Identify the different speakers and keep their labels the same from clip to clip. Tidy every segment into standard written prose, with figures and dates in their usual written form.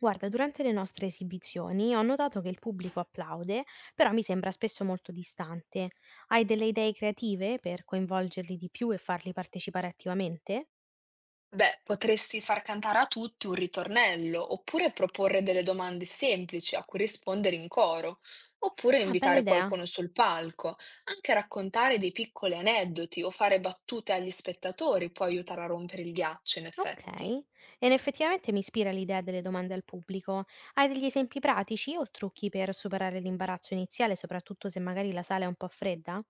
Speaker 1: Guarda, durante le nostre esibizioni ho notato che il pubblico applaude, però mi sembra spesso molto distante. Hai delle idee creative per coinvolgerli di più e farli partecipare attivamente?
Speaker 2: Beh, potresti far cantare a tutti un ritornello, oppure proporre delle domande semplici a cui rispondere in coro, oppure
Speaker 1: Ah, bella
Speaker 2: invitare
Speaker 1: idea.
Speaker 2: qualcuno sul palco. Anche raccontare dei piccoli aneddoti o fare battute agli spettatori può aiutare a rompere il ghiaccio, in
Speaker 1: Ok.
Speaker 2: effetti.
Speaker 1: E effettivamente mi ispira l'idea delle domande al pubblico. Hai degli esempi pratici o trucchi per superare l'imbarazzo iniziale, soprattutto se magari la sala è un po' fredda?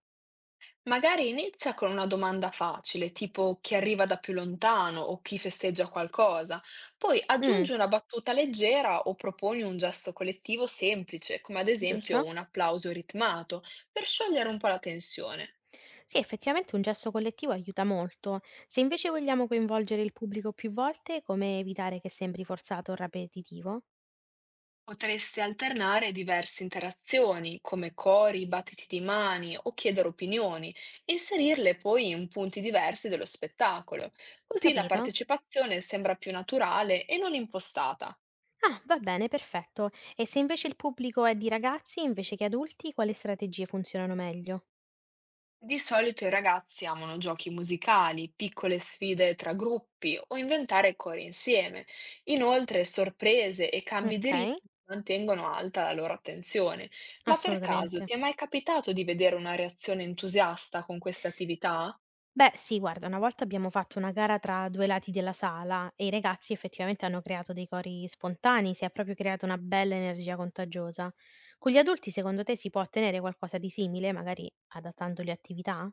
Speaker 2: Magari inizia con una domanda facile, tipo chi arriva da più lontano o chi festeggia qualcosa, poi
Speaker 1: Mm,
Speaker 2: aggiungi una battuta leggera o proponi un gesto collettivo semplice, come ad esempio
Speaker 1: giusto?
Speaker 2: un applauso ritmato, per sciogliere un po' la tensione.
Speaker 1: Sì, effettivamente un gesto collettivo aiuta molto. Se invece vogliamo coinvolgere il pubblico più volte, come evitare che sembri forzato o ripetitivo?
Speaker 2: Potresti alternare diverse interazioni, come cori, battiti di mani o chiedere opinioni, e inserirle poi in punti diversi dello spettacolo. Così la
Speaker 1: Capito?
Speaker 2: partecipazione sembra più naturale e non impostata.
Speaker 1: Ah, va bene, perfetto. E se invece il pubblico è di ragazzi invece che adulti, quali strategie funzionano meglio?
Speaker 2: Di solito i ragazzi amano giochi musicali, piccole sfide tra gruppi o inventare cori insieme. Inoltre, sorprese e cambi di
Speaker 1: Ok,
Speaker 2: ritmo mantengono alta la loro attenzione. Ma per caso
Speaker 1: assolutamente.
Speaker 2: ti è mai capitato di vedere una reazione entusiasta con queste attività?
Speaker 1: Beh, sì, guarda, una volta abbiamo fatto una gara tra due lati della sala e i ragazzi effettivamente hanno creato dei cori spontanei, si è proprio creata una bella energia contagiosa. Con gli adulti, secondo te, si può ottenere qualcosa di simile, magari adattando le attività?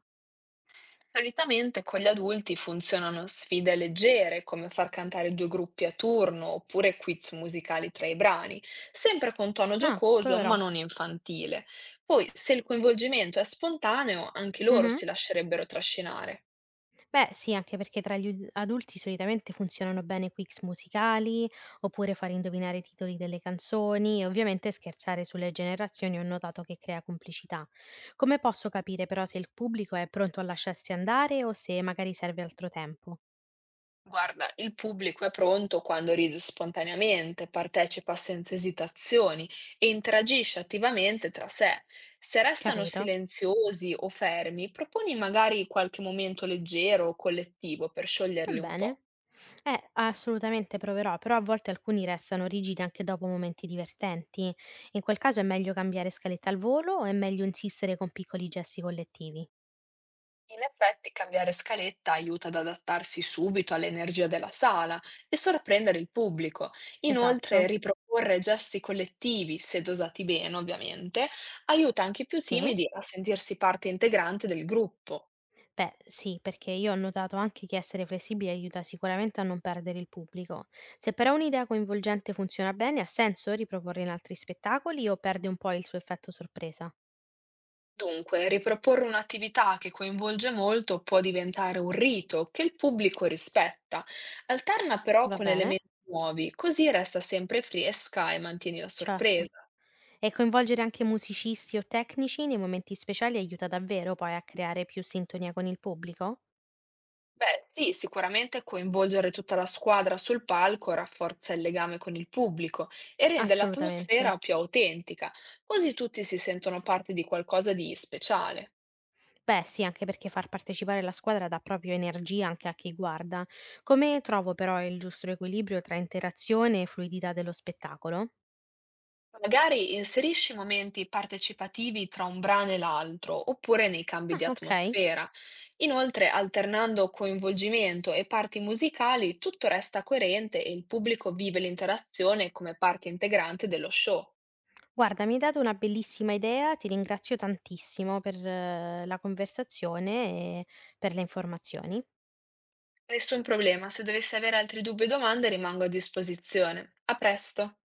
Speaker 2: Solitamente con gli adulti funzionano sfide leggere, come far cantare due gruppi a turno oppure quiz musicali tra i brani, sempre con tono
Speaker 1: No,
Speaker 2: giocoso ma
Speaker 1: proverò.
Speaker 2: non infantile. Poi, se il coinvolgimento è spontaneo, anche loro
Speaker 1: Mhm.
Speaker 2: si lascerebbero trascinare.
Speaker 1: Beh, sì, anche perché tra gli ud adulti solitamente funzionano bene quiz musicali, oppure fare indovinare i titoli delle canzoni e ovviamente scherzare sulle generazioni ho notato che crea complicità. Come posso capire però se il pubblico è pronto a lasciarsi andare o se magari serve altro tempo?
Speaker 2: Guarda, il pubblico è pronto quando ride spontaneamente, partecipa senza esitazioni e interagisce attivamente tra sé. Se restano
Speaker 1: Capito?
Speaker 2: silenziosi o fermi, proponi magari qualche momento leggero o collettivo per
Speaker 1: Va
Speaker 2: scioglierli un po'.
Speaker 1: bene. Assolutamente proverò, però a volte alcuni restano rigidi anche dopo momenti divertenti. In quel caso è meglio cambiare scaletta al volo o è meglio insistere con piccoli gesti collettivi?
Speaker 2: In effetti, cambiare scaletta aiuta ad adattarsi subito all'energia della sala e sorprendere il pubblico. Inoltre,
Speaker 1: Esatto.
Speaker 2: riproporre gesti collettivi, se dosati bene, ovviamente, aiuta anche i più
Speaker 1: Sì.
Speaker 2: timidi a sentirsi parte integrante del gruppo.
Speaker 1: Beh, sì, perché io ho notato anche che essere flessibili aiuta sicuramente a non perdere il pubblico. Se però un'idea coinvolgente funziona bene, ha senso riproporre in altri spettacoli o perde un po' il suo effetto sorpresa?
Speaker 2: Dunque, riproporre un'attività che coinvolge molto può diventare un rito che il pubblico rispetta. Alterna però
Speaker 1: Va
Speaker 2: con
Speaker 1: bene?
Speaker 2: elementi nuovi, così resta sempre fresca e mantieni la
Speaker 1: Certo.
Speaker 2: sorpresa.
Speaker 1: E coinvolgere anche musicisti o tecnici nei momenti speciali aiuta davvero poi a creare più sintonia con il pubblico?
Speaker 2: Beh, sì, sicuramente coinvolgere tutta la squadra sul palco rafforza il legame con il pubblico e rende
Speaker 1: Assolutamente.
Speaker 2: l'atmosfera più autentica, così tutti si sentono parte di qualcosa di speciale.
Speaker 1: Beh, sì, anche perché far partecipare la squadra dà proprio energia anche a chi guarda. Come trovo però il giusto equilibrio tra interazione e fluidità dello spettacolo?
Speaker 2: Magari inserisci momenti partecipativi tra un brano e l'altro, oppure nei cambi
Speaker 1: Ah,
Speaker 2: di
Speaker 1: okay.
Speaker 2: atmosfera. Inoltre, alternando coinvolgimento e parti musicali, tutto resta coerente e il pubblico vive l'interazione come parte integrante dello show.
Speaker 1: Guarda, mi hai dato una bellissima idea, ti ringrazio tantissimo per la conversazione e per le informazioni.
Speaker 2: Nessun problema, se dovessi avere altri dubbi o domande rimango a disposizione. A presto!